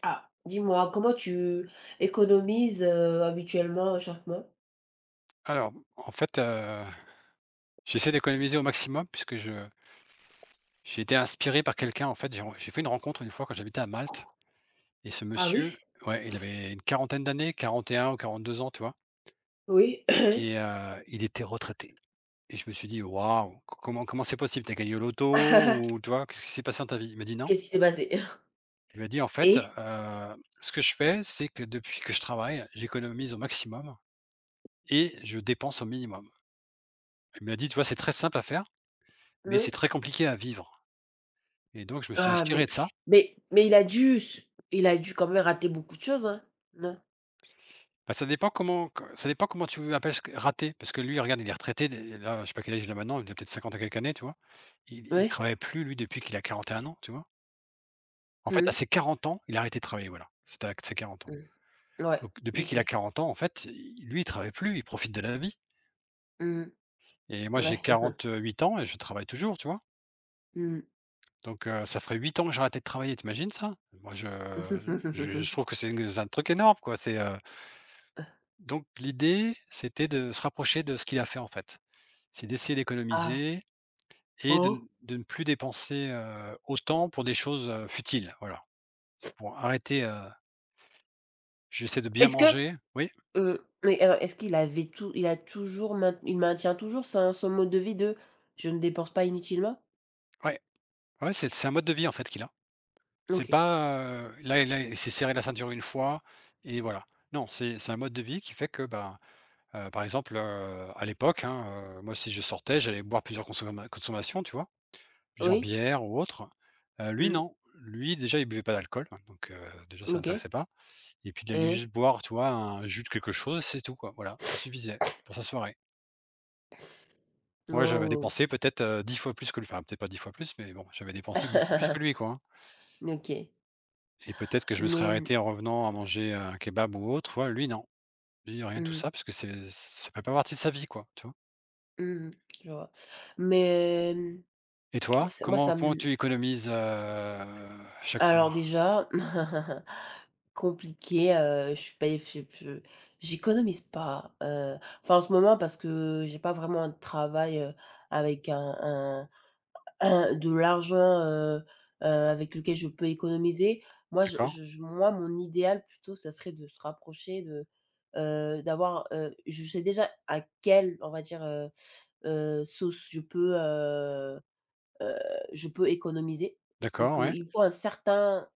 Ah, dis-moi, comment tu économises, habituellement chaque mois? Alors, en fait, j'essaie d'économiser au maximum puisque je j'ai été inspiré par quelqu'un, en fait, j'ai fait une rencontre une fois quand j'habitais à Malte et ce Ah oui? monsieur, ouais, il avait une quarantaine d'années, 41 ou 42 ans, tu vois? Oui. Et il était retraité et je me suis dit: «Waouh, co comment comment c'est possible? T'as gagné au loto ou tu vois, qu'est-ce qui s'est passé dans ta vie?» Il m'a dit: «Non». Qu'est-ce qui s'est passé? Il m'a dit: «En fait, Et? Ce que je fais, c'est que depuis que je travaille, j'économise au maximum et je dépense au minimum». Il m'a dit: «Tu vois, c'est très simple à faire, mais c'est Oui. très compliqué à vivre». Et donc je me suis Ah inspiré mais de ça. mais mais il a dû quand même rater beaucoup de choses, hein? Non? Bah, ça dépend comment tu appelles ce que raté, parce que lui regarde, il est retraité d là, je sais pas quel âge il a maintenant, il a peut-être 50 à quelques années, tu vois? Il Oui. travaille plus lui depuis qu'il a 41 ans, tu vois? En Mmh fait, à mh. ses 40 ans, il a arrêté de travailler, voilà, c'était à ses 40 ans. Mmh. Ouais. Donc depuis qu'il a OK. 40 ans, en fait, il lui, il travaille plus, il profite de la vie Mmh. et moi j'ai Ouais. 48 ans et je travaille toujours, tu vois? Mmh. Donc ça ferait 8 ans que j'ai arrêté de travailler, tu ça? Moi je trouve que c'est un truc énorme, quoi, c'est, donc l'idée, c'était de se rapprocher de ce qu'il a fait, en fait. C'est d'essayer Ah. d'économiser et de ne Oh! de ne plus dépenser, autant pour des choses, futiles, voilà. C'est pour arrêter, j'essaie de bien Est-ce que, manger. Oui, mais alors est-ce qu'il avait tout, il maintient toujours son mode de vie de: «Je ne dépense pas inutilement»? ouais, ouais, c'est un mode de vie, en fait, qu'il a. C'est OK. pas, là là, il s'est serré la ceinture une fois et voilà. Non, c'est un mode de vie qui fait que, ben, par exemple, à l'époque, hein, moi, si je sortais, j'allais boire plusieurs consommations, tu vois? Plusieurs Oui? bières ou autres. Lui, Mmh. non. Lui, déjà, il buvait pas d'alcool, hein, donc déjà, ça l'intéressait OK. pas. Et puis, il Hein allait hein. juste boire, tu vois, un jus de quelque chose, c'est tout, quoi. Voilà, ça suffisait pour sa soirée. Moi, j'avais Oh. dépensé peut-être, 10 fois plus que lui, enfin, peut-être pas 10 fois plus, mais bon, j'avais dépensé beaucoup plus que lui, quoi, hein. OK. Et peut-être que je me serais Mais, arrêté en revenant à manger un kebab ou autre, tu vois? Lui, non. Lui, rien de tout mmh ça, parce que c'est ça fait pas partie de sa vie, quoi, tu vois? mmh, je vois. Mais, Et toi, moi comment ça comment me tu économises, chaque alors mois? déjà compliqué. Je j'économise pas, enfin en ce moment parce que j'ai pas vraiment un travail, avec un de l'argent, avec lequel je peux économiser. Moi, D'accord, mon idéal plutôt, ça serait de se rapprocher de, d'avoir, je sais déjà à quelle, on va dire, sauce heu, je peux économiser. Donc, d'accord, ouais. il me faut un certain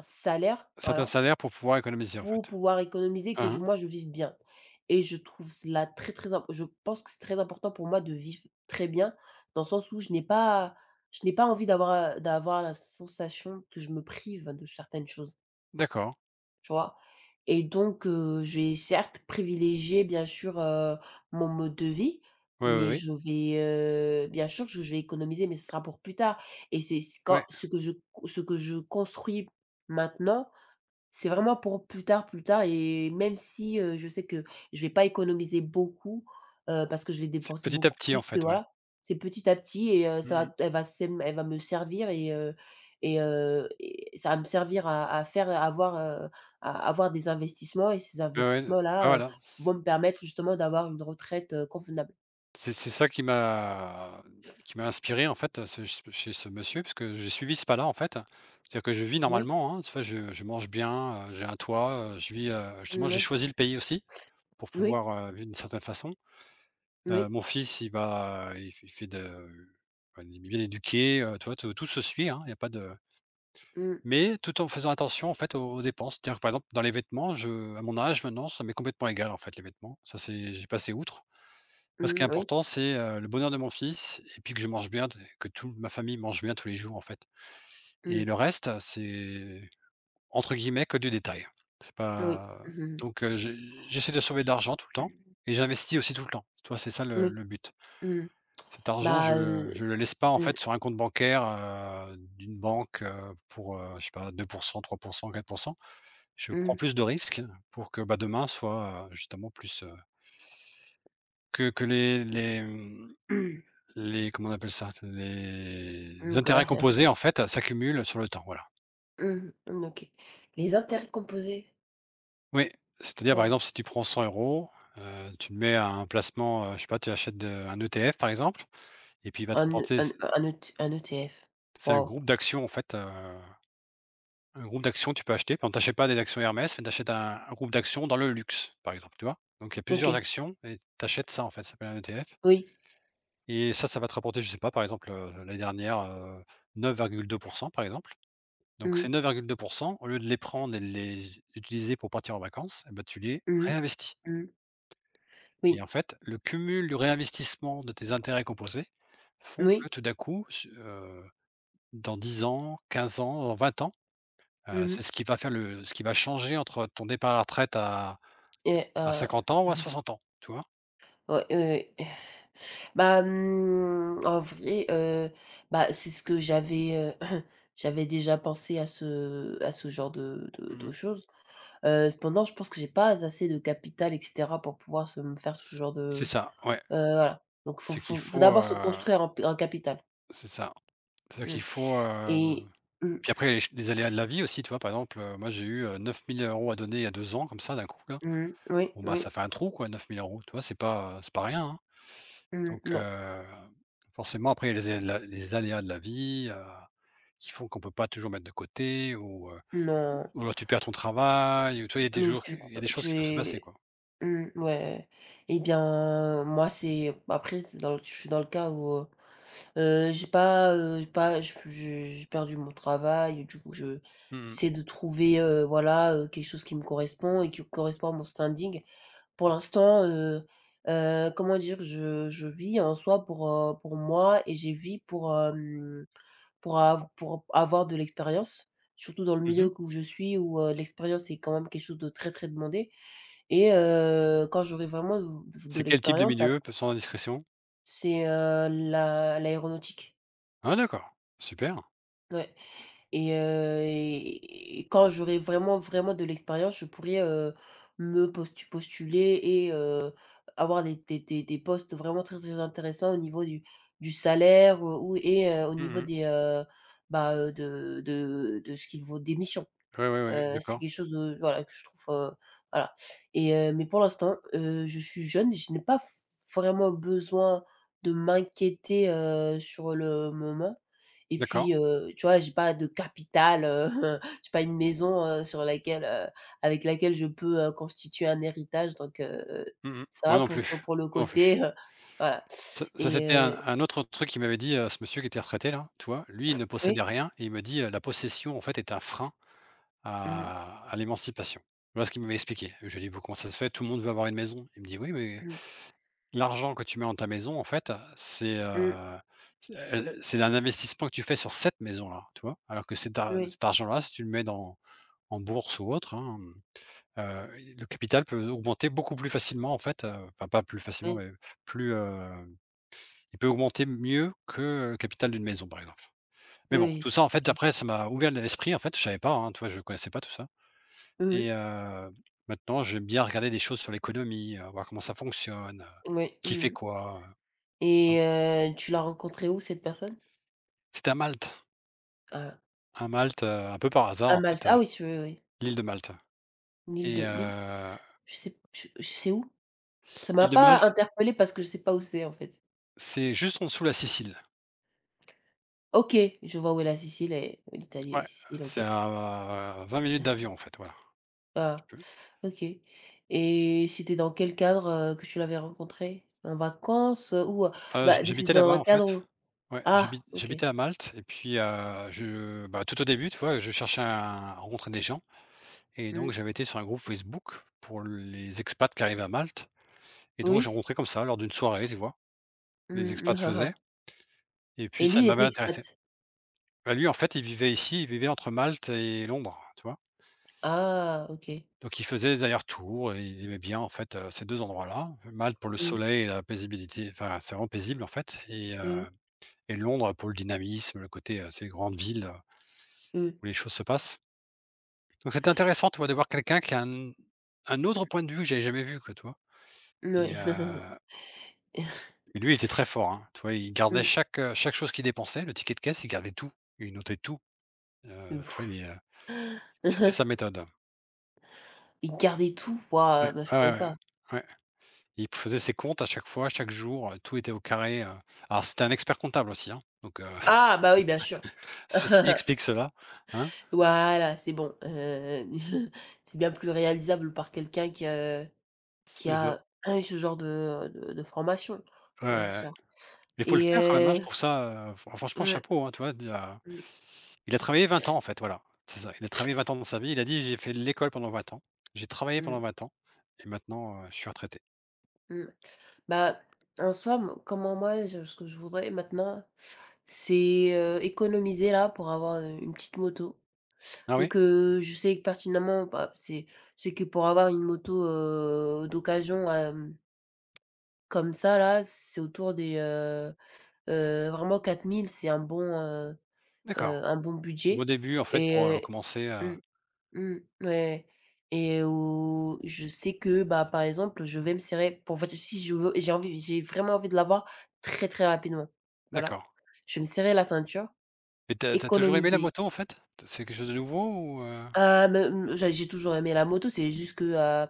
salaire, Certains voilà. salaires pour pouvoir économiser, en Pour fait? pouvoir économiser, que Hein je hein. moi, je vive bien, et je trouve cela très, très imp je pense que c'est très important pour moi de vivre très bien, dans le sens où je n'ai pas envie d'avoir la sensation que je me prive de certaines choses, D'accord. tu vois? Et donc je vais certes privilégier, bien sûr, mon mode de vie, Oui, oui, mais oui. je vais, bien sûr que je vais économiser, mais ce sera pour plus tard. Et c'est Ouais, ce que je construis maintenant, c'est vraiment pour plus tard, plus tard. Et même si, je sais que je vais pas économiser beaucoup, parce que je vais c'est dépenser petit à beaucoup petit plus en que fait, ouais. voilà, c'est petit à petit. et heu, ça Mmh va elle va c'est elle va me servir, et ça va me servir heu, à avoir des investissements, et ces mmh. Ouais, ouais, bah, investissements-là, voilà, vont c me permettre justement d'avoir une retraite, convenable. c'est c'est ça qui m'a inspiré en fait, ce ch chez ce monsieur parce que j'ai suivi ce pas-là en fait. C'est-à-dire que je vis Oui, normalement, hein, tu vois? Je mange bien, j'ai un toit, je vis, justement j'ai oui, choisi le pays aussi pour oui, pouvoir, vivre d'une certaine façon. Oui, Mon fils il fait de, bah, il est bien éduqué, tu vois? Tout tout se suit, hein, il y a pas de. mmh, Mais tout en faisant attention, en fait, aux dépenses. C'est-à-dire que, par exemple, dans les vêtements, je à mon âge maintenant, ça m'est complètement égal, en fait, les vêtements. Ça, c'est j'ai passé outre. Moi, ce qui est mmh, oui, important, c'est, le bonheur de mon fils et puis que je mange bien, que toute ma famille mange bien tous les jours, en fait. Et mmh, le reste, c'est entre guillemets «que du détail». C'est oui, pas mmh. donc j'ai j'essaie de sauver de l'argent tout le temps et j'investis aussi tout le temps. Toi, c'est ça le Oui, but. mmh. Cet argent, je Bah, le laisse pas, en mmh, fait, sur un compte bancaire, d'une banque, pour, je sais pas deux pour cent, trois pour cent, quatre pour cent. Je prends mmh. plus de risques pour que, bah, demain soit, justement plus, que les comment on appelle ça? Les OK. intérêts composés, en fait, s'accumulent sur le temps, voilà. Mmh, mmh, OK. Les intérêts composés, Oui, c'est c'est-à-dire, par quoi? exemple, si tu prends 100 euros, tu le mets à un placement, je sais pas, tu achètes de un ETF, par exemple, et puis il va te Un E rapporter. un un E T un ETF. C'est un Waouh! groupe d'actions, en fait, un groupe d'actions que tu peux acheter. Par exemple, tu pas des actions Hermès, mais tu un groupe d'actions dans le luxe, par exemple, tu vois? Donc il y a OK. plusieurs actions et t'achètes ça, en fait, ça s'appelle un ETF. Oui. Et ça va te rapporter, je sais pas, par exemple, l'année dernière, 9,2 par exemple. Donc Mmh, ces 9,2 au lieu de les prendre et de les utiliser pour partir en vacances, et bah, tu les mmh, réinvestis. mmh. Et Oui, en fait, le cumul du réinvestissement de tes intérêts composés font que oui. tout d'un coup, s dans 10 ans, 15 ans, dans 20 ans, Mmh. c'est ce qui va faire le ce qui va changer entre ton départ à la retraite et à heu, 50 ans ou à mmh. 60 ans, tu vois? Ouais, ouais, ouais. Bah, en vrai, bah, c'est ce que j'avais, j'avais déjà pensé à ce genre de Mmh. choses. Cependant, je pense que j'ai pas assez de capital et cetera pour pouvoir se me faire ce genre C'est de. ça, ouais. Voilà, donc faut C'est qu'il faut faut faut, d'abord se construire un capital. c'est ça. C'est Mmh. qu'il faut, et mmh, puis après, les ch les aléas de la vie aussi, tu vois? Par exemple, moi j'ai eu, 9 000 € à donner il y a 2 ans comme ça d'un coup là. mmh, oui, Bon bah, oui, ça fait un trou quoi 9 000 euros. Tu vois? C'est pas rien, hein. mmh, Donc non, forcément après il y a les aléas de la vie, qui font qu'on peut pas toujours mettre de côté non, ou alors tu perds ton travail ou tu vois? Il y a des donc jours que il y a des choses tu qui peuvent se passer es quoi. mmh, ouais. Et bien, moi, c'est après c'est dans le je suis dans le cas où, j'ai pas je j'ai perdu mon travail, du coup, je Mmh mh. j'essaie de trouver, voilà, quelque chose qui me correspond et qui correspond à mon standing. Pour l'instant, comment dire? Je vis en soi pour moi, et j'ai vis pour, pour av pour avoir de l'expérience, surtout dans le Mmh. milieu où je suis, où, l'expérience est quand même quelque chose de très, très demandé. Quand j'aurai vraiment de C'est quel type de l'expérience, ap milieu, sans indiscrétion? c'est, l'aéronautique. Ah d'accord, super. Ouais. Et quand j'aurai vraiment, vraiment de l'expérience, je pourrai, me postu postuler, et, avoir des postes vraiment très, très intéressants au niveau du salaire, ou, et, au Mmh niveau mh. des, bah, de ce qu'il vaut des missions. Ouais, ouais, ouais, C'est d'accord. quelque chose de voilà que je trouve, voilà. Mais pour l'instant, je suis jeune, je n'ai pas vraiment besoin de m'inquiéter, sur le moment. Et D'accord. puis, tu vois, j'ai pas de capital, j'ai pas une maison, sur laquelle, avec laquelle je peux, constituer un héritage. Donc Mmh. ça Moi va non pour plus, le moi non plus. côté, voilà. Ça ça et c'était un heu un autre truc qu'il m'avait dit, ce monsieur qui était retraité là, tu vois? Lui, il ne possédait oui. rien et il me dit, «La possession en fait est un frein Mmh, à l'émancipation». Voilà ce qu'il m'avait expliqué. Je lui ai dit: «Bah, comment ça se fait? Tout le monde veut avoir une maison». Il me dit: «Oui, mais mmh, l'argent que tu mets dans ta maison en fait, mmh, c'est elle c'est un investissement que tu fais sur cette maison là», tu vois? Alors que oui, cet argent là, si tu le mets dans en bourse ou autre, hein. Heu, le capital peut augmenter beaucoup plus facilement en fait, enfin pas plus facilement, oui, mais plus, il peut augmenter mieux que le capital d'une maison, par exemple. oui, Mais bon, oui, tout ça en fait oui, après ça m'a ouvert l'esprit en fait, je savais pas, hein, tu vois? Je connaissais pas tout ça oui, et oui, maintenant j'aime bien regarder des choses sur l'économie, voir comment ça fonctionne, oui, qui fait mmh. quoi, hein. Tu l'as rencontrée où, cette personne? C'était à Malte, À un peu par hasard à en Malte. fait, Ah oui, tu veux oui. l'île de Malte L'île. et De l'île heu, Je sais où. Ça m'a l'île de pas Malte, interpellée parce que je sais pas où c'est en fait. c'est juste en dessous de la Sicile. OK, je vois où est la Sicile et l'Italie et Ouais, Sicile, c'est OK. à 20 minutes d'avion en fait, voilà. Ah, OK. Et c'était dans quel cadre, que tu l'avais rencontrée? En vacances, ou, bah, de c'est J'habitais dans là-bas un en fait. cadre où. Ouais, Ah OK. j'habitais à Malte et puis, je bah, tout au début, tu vois, je cherchais à rencontrer des gens et donc Mmh. j'avais été sur un groupe Facebook pour les expats qui arrivent à Malte et donc j'ai Oui. rencontré comme ça lors d'une soirée, tu vois? Les Mmh, mmh. expats Ah, ah, faisaient et puis et lui, ça il était m'avait expat? intéressé. Bah, lui en fait, il vivait ici, il vivait entre Malte et Londres, tu vois? Ah OK. Donc il faisait des allers-retours et il aimait bien en fait, ces 2 endroits-là. Malte pour le Mmh, soleil et la paisibilité, enfin, c'est vraiment paisible en fait mmh, et Londres pour le dynamisme, le côté, tu sais, grande ville mmh. où les choses se passent. Donc c'était intéressant, tu vois, de voir quelqu'un qui a un autre point de vue que j'avais jamais vu, quoi, tu vois? N Et Ouais. heu et lui, il était très fort, hein. Tu vois, il gardait Mmh. chaque, chaque chose qu'il dépensait, le ticket de caisse, il gardait tout. Il notait tout, tu Mmh. vois, il, c'était sa méthode. Et garder tout? Ouais, Waouh, bah, je ouais, pourrais ouais, pas. ouais. Ouais. Il faisait ses comptes à chaque fois, chaque jour, tout était au carré, Alors c'était un expert comptable aussi, hein, donc Ah, bah, oui, bien sûr. ceci explique cela, hein. Voilà, c'est bon, c'est bien plus réalisable par quelqu'un qui C'est ça. a, hein, ce genre de formation, Ouais, bien ouais, ouais. sûr. Mais il faut le Et faire quand même, hein, heu, je trouve ça, franchement mmh, chapeau, hein, tu vois? mmh, Il a travaillé 20 ans en fait, voilà, c'est ça. Il a travaillé vingt ans dans sa vie, il a dit: «J'ai fait l'école pendant 20 ans, j'ai travaillé mmh, pendant 20 ans et maintenant, je suis retraité». mmh. Bah, en soi, m comment moi, je ce que je voudrais maintenant, c'est, économiser là pour avoir, une petite moto. Ah oui? Donc je sais que pertinemment, bah, c'est que pour avoir une moto, d'occasion, comme ça là, c'est autour des, vraiment 4 000, c'est D'accord. un bon budget. Bon début en fait pour, Et commencer mmh, à mmh, ouais. Et où je sais que, bah, par exemple, je vais me serrer pour voiture, si je veux, j'ai vraiment envie de l'avoir très, très rapidement. Voilà. d'accord Je vais me serrer la ceinture, et tu as toujours aimé la économiser. moto en fait? C'est quelque chose de nouveau ou, Ah me mmh, j'ai toujours aimé la moto. C'est juste que,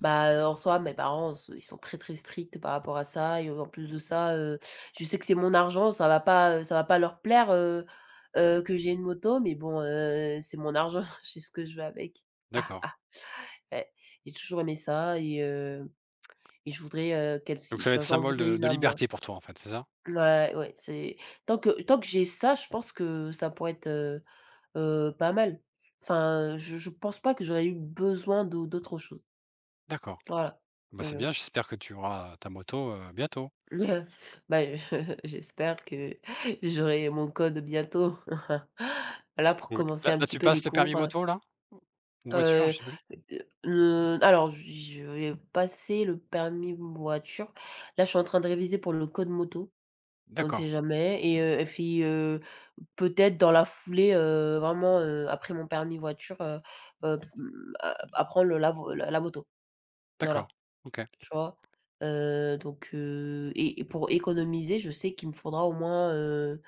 bah, en soi, mes parents s ils sont très, très stricts par rapport à ça, et en plus de ça, je sais que c'est mon argent, ça va pas leur plaire, que j'ai une moto, mais bon, c'est mon argent, je fais ce que je veux avec. D'accord, Ouais, j'ai toujours aimé ça. Et et je voudrais, qu'elle s donc ça va être j'en symbole voudrais de une à moi. liberté pour toi en fait, c'est ça? Ouais, ouais, c'est tant que j'ai ça, je pense que ça pourrait être, pas mal. Enfin, je pense pas que j'aurais eu besoin d'autre chose. D'accord, Voilà. bah, c'est Je bien, j'espère que tu auras ta moto, bientôt. Bah, j'espère que j'aurai mon code bientôt. Là, pour Oui, commencer un là petit tu peu les passes le cours, permis moto là? Ou voiture, heu, je sais plus? alors je vais passer le permis voiture. Là, je suis en train de réviser pour le code moto, on ne D'accord, sait jamais. Et puis, peut-être dans la foulée, vraiment, après mon permis voiture, mmh, a apprendre la vo la la moto. d'accord, Voilà. OK, Tu vois? Donc pour économiser, je sais qu'il me faudra au moins,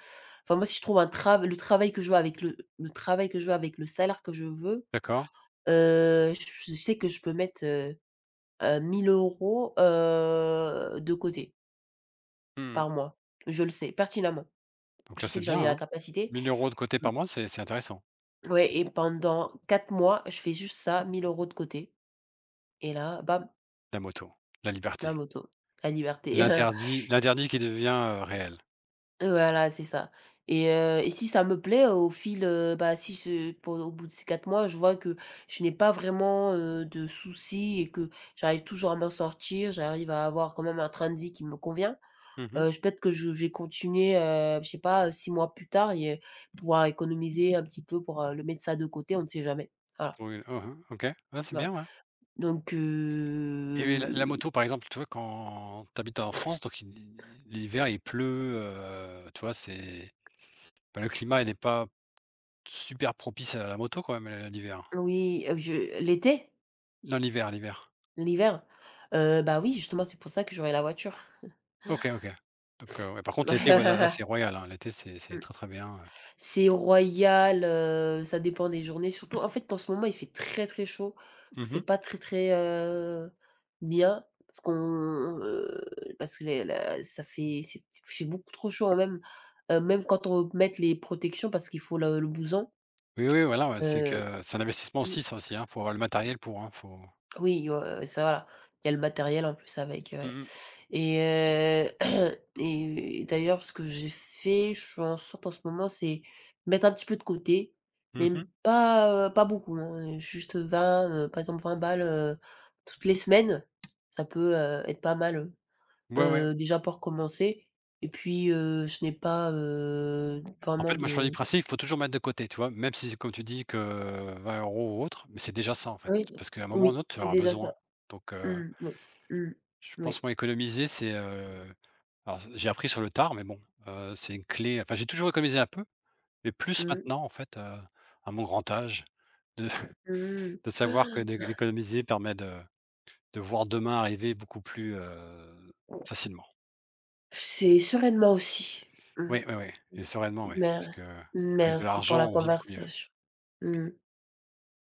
enfin moi, si je trouve un travail le travail que je veux avec le travail que je veux avec le salaire que je veux, d'accord. heu, je je sais que je peux mettre, 1 000 €, de côté Mmh. par mois. Je le sais pertinemment. Donc là, Je sais c'est que j'en bien, ai la hein. capacité. 1 000 de côté Mmh, par mois, c'est intéressant. ouais. Et pendant 4 mois, je fais juste ça, 1 euros de côté, et là, bam, La moto, la la liberté, moto, la liberté. l'interdit qui devient, réel. Voilà, c'est ça. Et et si ça me plaît, au fil, bah, si ce pen au bout de ces 4 mois, je vois que je n'ai pas vraiment, de soucis, et que j'arrive toujours à m'en sortir, j'arrive à avoir quand même un train de vie qui me convient, Mmh. Je peut-être que je vais continuer, je sais pas, 6 mois plus tard. Pouvoir économiser un petit peu pour, le mettre ça de côté, on ne sait jamais. Voilà, Oui, hein, hein, OK. Ouais, c'est voilà. bien, ouais Donc et mais la moto, par exemple, tu vois, quand tu habites en France, donc il l'hiver, il pleut, tu vois, c'est bah, le climat, il n'est pas super propice à la moto quand même, l'hiver? oui, je l'été, Non, l'hiver. l'hiver, bah, oui, justement, c'est pour ça que j'aurai la voiture. OK, OK. Donc ouais, par contre, l'été, ouais, là c'est royal, hein. L'été, c'est très, très bien, C'est royal, ça dépend des journées. Surtout, en fait, en ce moment, il fait très, très chaud. C'est Mmh. pas très, très, bien parce qu'on, parce que les la ça fait c'est il fait beaucoup trop chaud, hein, même, même quand on met les protections parce qu'il faut le blouson, Oui, oui, voilà, ouais, c'est que heu c'est un investissement mmh. aussi ça aussi, hein. Faut avoir le matériel pour, hein, faut Oui, ça voilà, il y a le matériel en plus avec, mmh ouais. mh. et heu et d'ailleurs, ce que j'ai fait, je suis en sorte en ce moment, c'est mettre un petit peu de côté, mais Mmh. m pas, pas beaucoup, hein, juste 20 par exemple 20 balles, toutes les semaines, ça peut, être pas mal, Ouais, ouais. déjà pour commencer. Et puis, je n'ai pas, En vraiment fait, moi, je pars du de. principe, il faut toujours mettre de côté, tu vois? Même si, comme tu dis que 20 euros ou autre, mais c'est déjà ça, en fait. Oui, Parce qu'à un moment ou un oui, autre, tu en c'est auras déjà ça. besoin. Donc Mmh oui. Mmh. je pense Oui. moi économiser, c'est, alors j'ai appris sur le tard, mais bon, c'est une clé. Enfin, j'ai toujours économisé un peu, mais plus Mmh. maintenant, en fait, à mon grand âge, de Mmh de savoir que d'é économiser permet de voir demain arriver beaucoup plus, facilement. C'est sereinement aussi. Mmh. Oui, oui, oui et sereinement, oui, parce Mer que avec de Merci pour l'argent, la on vit beaucoup mieux. conversation. Oui. Mmh.